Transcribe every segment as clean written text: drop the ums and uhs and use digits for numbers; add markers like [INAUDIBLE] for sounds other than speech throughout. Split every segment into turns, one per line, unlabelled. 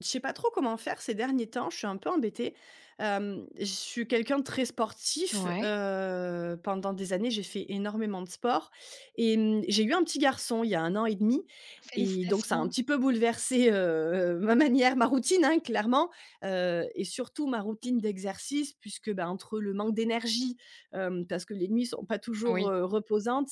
Je sais pas trop comment faire ces derniers temps, je suis un peu embêtée. Je suis quelqu'un de très sportif,
Ouais.
pendant des années, j'ai fait énormément de sport et j'ai eu un petit garçon il y a un an et demi et donc ça a un
Félicitations.
petit peu bouleversé, ma manière, ma routine, hein, clairement, et surtout ma routine d'exercice puisque, bah, entre le manque d'énergie, parce que les nuits sont pas toujours,
Oui.
reposantes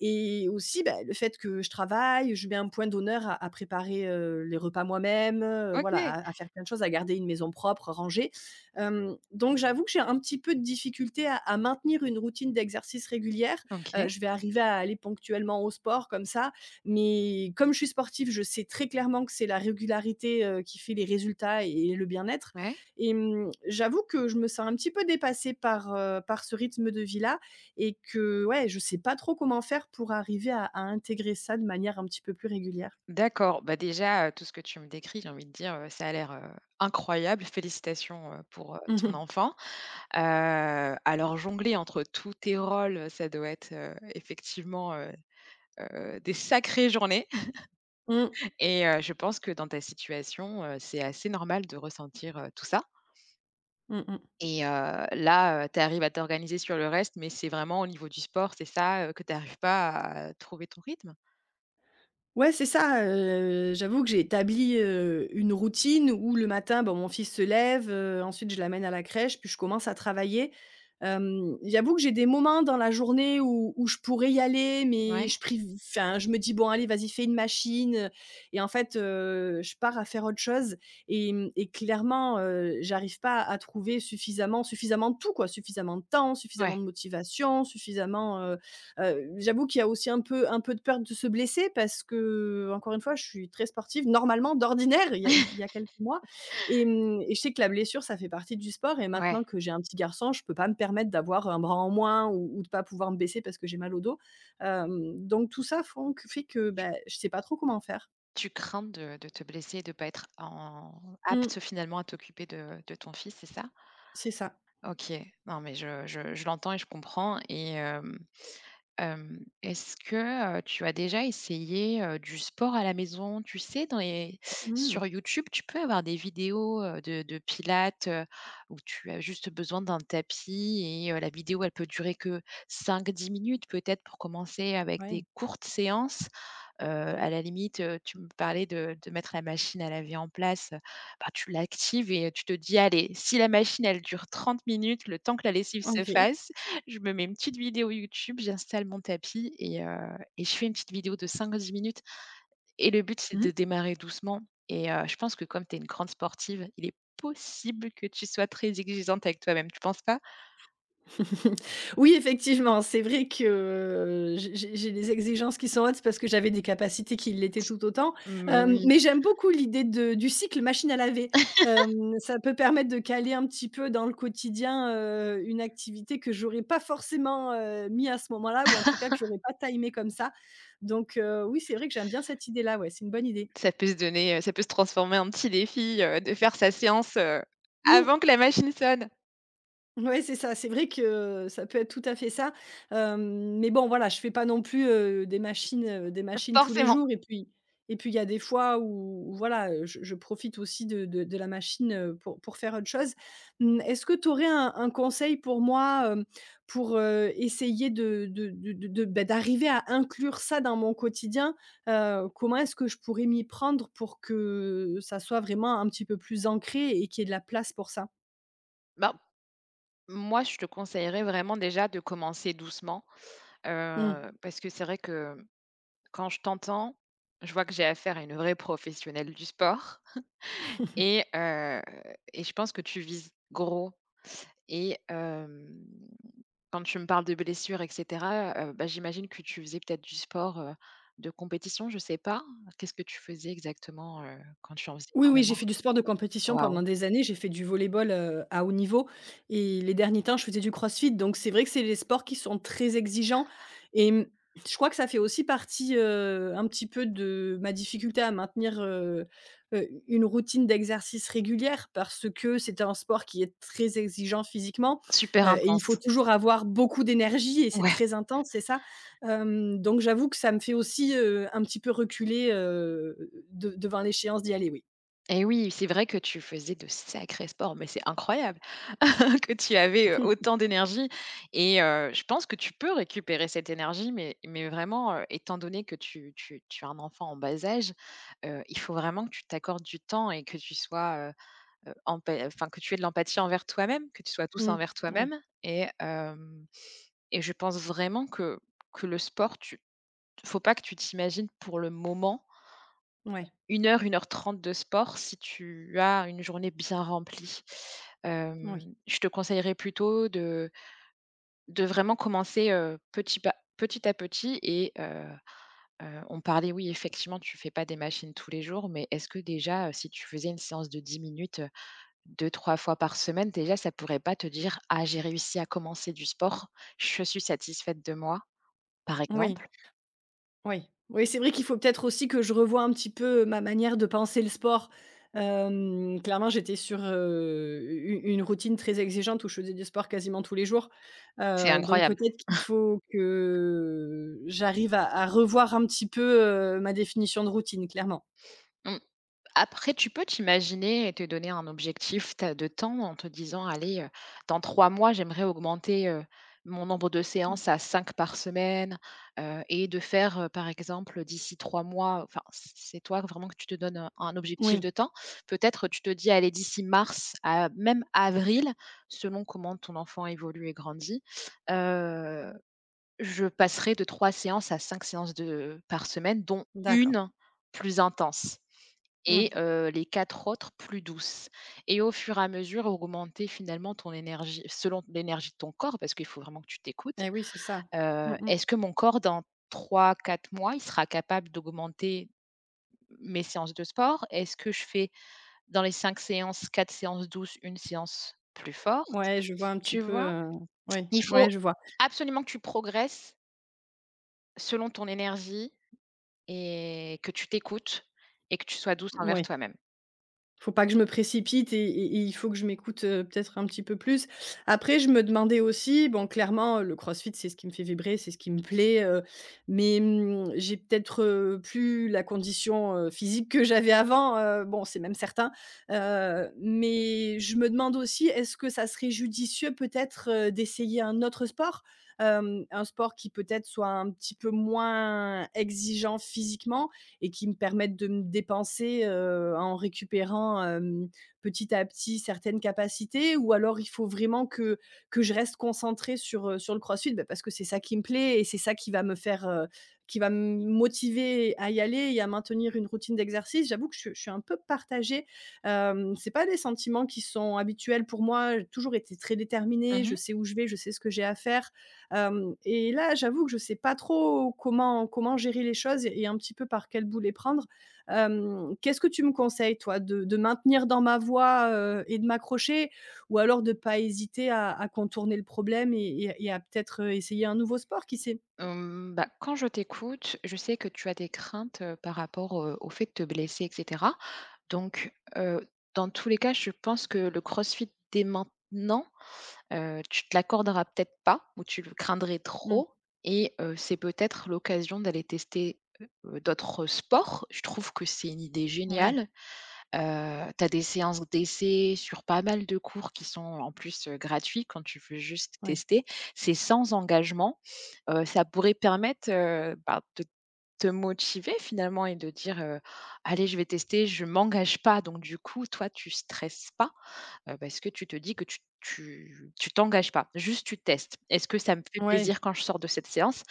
et aussi, bah, le fait que je travaille, je mets un point d'honneur à préparer, les repas moi-même, voilà,
OK.
à faire plein de choses, à garder une maison propre, rangée. Donc j'avoue que j'ai un petit peu de difficulté à maintenir une routine d'exercice régulière.
OK.
Je vais arriver à aller ponctuellement au sport comme ça, mais comme je suis sportive, je sais très clairement que c'est la régularité, qui fait les résultats et le bien-être.
Ouais.
Et j'avoue que je me sens un petit peu dépassée par ce rythme de vie-là et que ouais, je sais pas trop comment faire pour arriver à intégrer ça de manière un petit peu plus régulière.
D'accord. Bah, déjà, tout ce que tu me décris, j'ai envie de dire, ça a l'air, incroyable. Félicitations, pour,
Mmh
ton
mh.
enfant. Alors jongler entre tous tes rôles, ça doit être, effectivement, des sacrées journées.
Mmh.
[LAUGHS] Et je pense que dans ta situation, c'est assez normal de ressentir, tout ça
Mmh.
et là, tu arrives à t'organiser sur le reste, mais c'est vraiment au niveau du sport, c'est ça, que tu arrives pas à trouver ton rythme?
Ouais, c'est ça, j'avoue que j'ai établi, une routine où le matin, bon, mon fils se lève, ensuite je l'amène à la crèche, puis je commence à travailler. J'avoue que j'ai des moments dans la journée où je pourrais y aller, mais
Ouais.
je priv enfin, je me dis: «Bon allez, vas-y, fais une machine», et en fait, je pars à faire autre chose et clairement, j'arrive pas à trouver suffisamment de tout quoi, suffisamment de temps, suffisamment
Ouais,
de motivation, suffisamment. J'avoue qu'il y a aussi un peu de peur de se blesser parce que encore une fois, je suis très sportive normalement, d'ordinaire, il y a il y
[LAUGHS]
a quelques mois et je sais que la blessure, ça fait partie du sport et
ouais.
maintenant que j'ai un petit garçon, je peux pas me permettre d'avoir un bras en moins ou de pas pouvoir me baisser parce que j'ai mal au dos. Donc tout ça font que fait que,
Tu
bah, je sais pas trop comment faire.
tu crains de te blesser et de pas être en
Mmh.
apte finalement à t'occuper de ton fils, c'est ça?
C'est ça.
OK. Non mais je l'entends et je comprends et est-ce que, tu as déjà essayé, du sport à la maison? Tu sais, dans les
Mmh,
sur YouTube, tu peux avoir des vidéos, de pilates, où tu as juste besoin d'un tapis et la vidéo elle peut durer que 5-10 minutes peut-être pour commencer avec des
ouais.
courtes séances. À la limite, tu me parlais de mettre la machine à laver en place, bah, tu l'actives et tu te dis: «Allez, si la machine, elle dure 30 minutes, le temps que la lessive se
OK.
fasse, je me mets une petite vidéo YouTube, j'installe mon tapis et je fais une petite vidéo de 5 à 10 minutes» et le but, c'est de démarrer doucement et je pense que comme tu es une grande sportive, il est possible que tu sois très exigeante avec toi-même, tu penses pas?
[LAUGHS] Oui, effectivement, c'est vrai que, j'ai des exigences qui sont hautes parce que j'avais des capacités qui l'étaient tout autant.
Mmh, oui,
Mais j'aime beaucoup l'idée de du cycle machine à laver. Ça peut permettre de caler un petit peu dans le quotidien, une activité que j'aurais pas forcément, mis à ce moment-là ou en tout cas que j'aurais pas timé comme ça. Donc, oui, c'est vrai que j'aime bien cette idée-là, ouais, c'est une bonne idée.
ça peut se donner, ça peut se transformer en petit défi, de faire sa séance,
Mmh.
avant que la machine sonne.
Ouais, c'est ça. C'est vrai que ça peut être tout à fait ça. Mais bon, voilà, je fais pas non plus, des machines tous les
Forcément.
jours et puis il y a des fois où voilà, je profite aussi de la machine, pour faire autre chose. Mmh, Est-ce que tu aurais un conseil pour moi, pour, essayer de bah, d'arriver à inclure ça dans mon quotidien? Comment est-ce que je pourrais m'y prendre pour que ça soit vraiment un petit peu plus ancré et qu'il y ait de la place pour ça?
Bah, moi, je te conseillerais vraiment déjà de commencer doucement,
Mmh.
parce que c'est vrai que quand je t'entends, je vois que j'ai affaire à une vraie professionnelle du sport et heu et je pense que tu vises gros et quand tu me parles de blessures et cetera, bah, j'imagine que tu faisais peut-être du sport, de compétition, je sais pas. Qu'est-ce que tu faisais exactement, quand tu en faisais
Oui, oui, j'ai
énormément?
fait du sport de compétition
Waouh,
pendant des années, j'ai fait du volleyball ball à haut niveau et les derniers temps, je faisais du crossfit, donc c'est vrai que c'est les sports qui sont très exigeants et je crois que ça fait aussi partie, un petit peu de ma difficulté à maintenir, une routine d'exercice régulière parce que c'est un sport qui est très exigeant physiquement,
super
et il faut
intense.
toujours avoir beaucoup d'énergie et c'est
Ouais.
très intense, c'est ça? Donc j'avoue que ça me fait aussi, un petit peu reculer, de devant l'échéance d'y aller, oui.
Et oui, c'est vrai que tu faisais de sacrés sports, mais c'est incroyable [LAUGHS] que tu avais,
Mmh
autant d'énergie et je pense que tu peux récupérer cette énergie, mais vraiment, étant donné que tu as un enfant en bas âge, il faut vraiment que tu t'accordes du temps et que tu sois, empa enfin, que tu aies de l'empathie envers toi-même, que tu sois douce
mh.
envers
Oui,
toi-même et je pense vraiment que le sport, tu faut pas que tu t'imagines pour le moment
ouais,
une heure 30 de sport si tu as une journée bien remplie.
oui,
Je te conseillerais plutôt de vraiment commencer, petit pas petit à petit et on parlait, oui, effectivement, tu fais pas des machines tous les jours, mais est-ce que déjà, si tu faisais une séance de 10 minutes, 2-3 fois par semaine, déjà, ça pourrait pas te dire: «Ah, j'ai réussi à commencer du sport, je suis satisfaite de moi», par
oui,
exemple?
oui. Oui, c'est vrai qu'il faut peut-être aussi que je revoie un petit peu ma manière de penser le sport. Clairement, j'étais sur, u une routine très exigeante où je faisais du sport quasiment tous les jours.
C'est
Donc
incroyable.
peut-être qu'il faut que j'arrive à revoir un petit peu, ma définition de routine, clairement.
Mmh. Après, tu peux t'imaginer et te donner un objectif de temps en te disant, allez, dans 3 mois, j'aimerais augmenter mon nombre de
Mmh.
séances à cinq par semaine, et de faire, par exemple, d'ici 3 mois, enfin, c'est toi vraiment que tu te donnes un objectif
Oui,
de temps. Peut-être tu te dis, allez, d'ici mars à même avril, selon comment ton enfant évolue et grandit, euh, je passerai de trois séances à cinq séances par semaine, dont
d'accord.
une plus intense
Mmh.
et les 4 autres plus douces et au fur et à mesure, augmenter finalement ton énergie selon l'énergie de ton corps parce qu'il faut vraiment que tu t'écoutes.
Et oui, c'est ça. Mmh mh.
Est-ce que mon corps dans 3, 4 mois, il sera capable d'augmenter mes séances de sport? Est-ce que je fais dans les 5 séances, 4 séances douces, une séance plus forte?
Ouais, je vois un petit
Tu
peu,
vois?
oui,
Il faut
ouais, je vois.
absolument que tu progresses selon ton énergie et que tu t'écoutes et que tu sois douce envers
Mouais.
toi-même.
Faut pas que je me précipite et il faut que je m'écoute, peut-être un petit peu plus. Après, je me demandais aussi, bon, clairement, le crossfit, c'est ce qui me fait vibrer, c'est ce qui me plaît, mais, j'ai peut-être, plus la condition, physique que j'avais avant, bon, c'est même certain, mais je me demande aussi, est-ce que ça serait judicieux peut-être, d'essayer un autre sport? Un sport qui peut-être soit un petit peu moins exigeant physiquement, et qui me permettent de me dépenser, en récupérant, petit à petit certaines capacités ou alors il faut vraiment que je reste concentrée sur, sur le crossfit, bah, parce que c'est ça qui me plaît et c'est ça qui va me faire, qui va me motiver à y aller et à maintenir une routine d'exercice. J'avoue que je suis un peu partagée. C'est pas des sentiments qui sont habituels pour moi. J'ai toujours été très déterminée,
Mmh.
je sais où je vais, je sais ce que j'ai à faire, Hem Et là, j'avoue que je sais pas trop comment gérer les choses et un petit peu par quel bout les prendre. Qu'est-ce que tu me conseilles toi? De maintenir dans ma voie, et de m'accrocher ou alors de pas hésiter à contourner le problème et à peut-être, essayer un nouveau sport, qui sait?
Bah, quand je t'écoute, je sais que tu as des craintes, par rapport, au fait de te blesser et cetera. Donc, dans tous les cas, je pense que le CrossFit dès maintenant, tu te l'accorderas peut-être pas ou tu le craindrais
Mmh.
trop et c'est peut-être l'occasion d'aller tester, d'autres sports. Je trouve que c'est une idée
Oui,
géniale. Tu as des séances d'essai sur pas mal de cours qui sont en plus, gratuits quand tu veux juste
oui.
tester. C'est sans engagement, ça pourrait permettre, bah, de te motiver finalement et de dire: «Allez, je vais tester, je m'engage pas». Donc du coup, toi, tu stresses pas, parce que tu te dis que tu t'engages pas, juste tu testes. Est-ce que ça me fait
Ouais,
plaisir quand je sors de cette séance?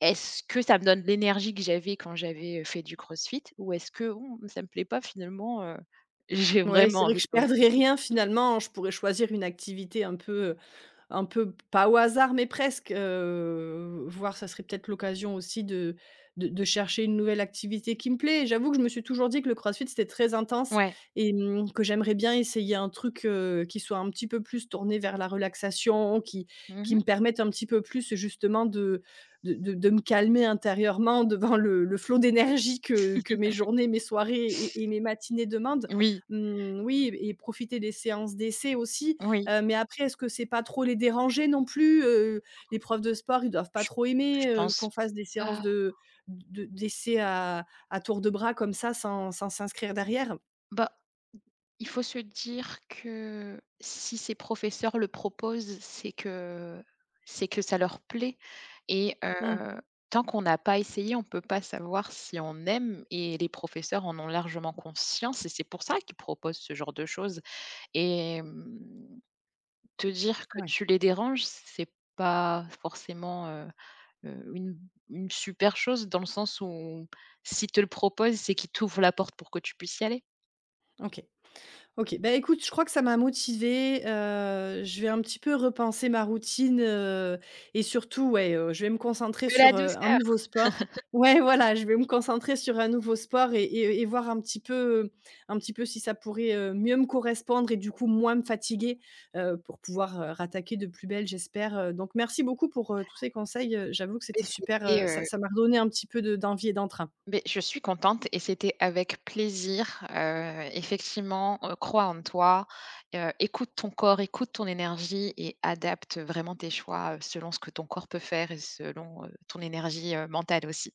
Est-ce que ça me donne l'énergie que j'avais quand j'avais, fait du crossfit? Ou est-ce que: «Mmh, ça me plaît pas finalement, [LAUGHS] j'ai
ouais,
vraiment
c'est vrai
envie
que
de
je
faire le
perdrais
crossfit»?
rien finalement, je pourrais choisir une activité un peu, un peu pas au hasard, mais presque, voir ça serait peut-être l'occasion aussi de chercher une nouvelle activité qui me plaît. Et j'avoue que je me suis toujours dit que le crossfit c'était très intense
Ouais.
et que j'aimerais bien essayer un truc, qui soit un petit peu plus tourné vers la relaxation, qui
Mmh.
me permette un petit peu plus justement de me calmer intérieurement [LAUGHS] devant le flot d'énergie que mes journées, mes soirées et mes matinées demandent.
Oui,
Mmh, oui et profiter des séances d'essai aussi.
oui.
Mais après, est-ce que c'est pas trop les déranger non plus? Les profs de sport, ils doivent pas
Je
trop
je
aimer,
pense
qu'on fasse des séances
pas.
de d'essais à tour de bras comme ça, sans s'inscrire derrière?
Bah, il faut se dire que si ces professeurs le proposent, c'est que ça leur plaît et
Mmh,
tant qu'on n'a pas essayé, on ne peut pas savoir si on aime et les professeurs en ont largement conscience et c'est pour ça qu'ils proposent ce genre de choses et te dire que
ouais,
tu les déranges, c'est pas forcément, heu, une une super chose dans le sens où s'ils te le proposent, c'est qu'ils t'ouvrent la porte pour que tu puisses y aller.
OK. OK, bah, écoute, je crois que ça m'a motivée, je vais un petit peu repenser ma routine, et surtout, ouais, je vais me concentrer
De la
sur, un
douceur.
nouveau sport. Ouais, voilà, je vais me concentrer sur un nouveau sport et voir un petit peu si ça pourrait, mieux me correspondre et du coup, moins me fatiguer, pour pouvoir, rattaquer de plus belle, j'espère, donc merci beaucoup pour, tous ces conseils, j'avoue que
Mais
c'était super,
c'était,
ça m'a redonné un petit peu de d'envie et d'entrain.
beh, je suis contente et c'était avec plaisir, effectivement, crois en toi, écoute ton corps, écoute ton énergie et adapte vraiment tes choix, selon ce que ton corps peut faire et selon, ton énergie, mentale aussi.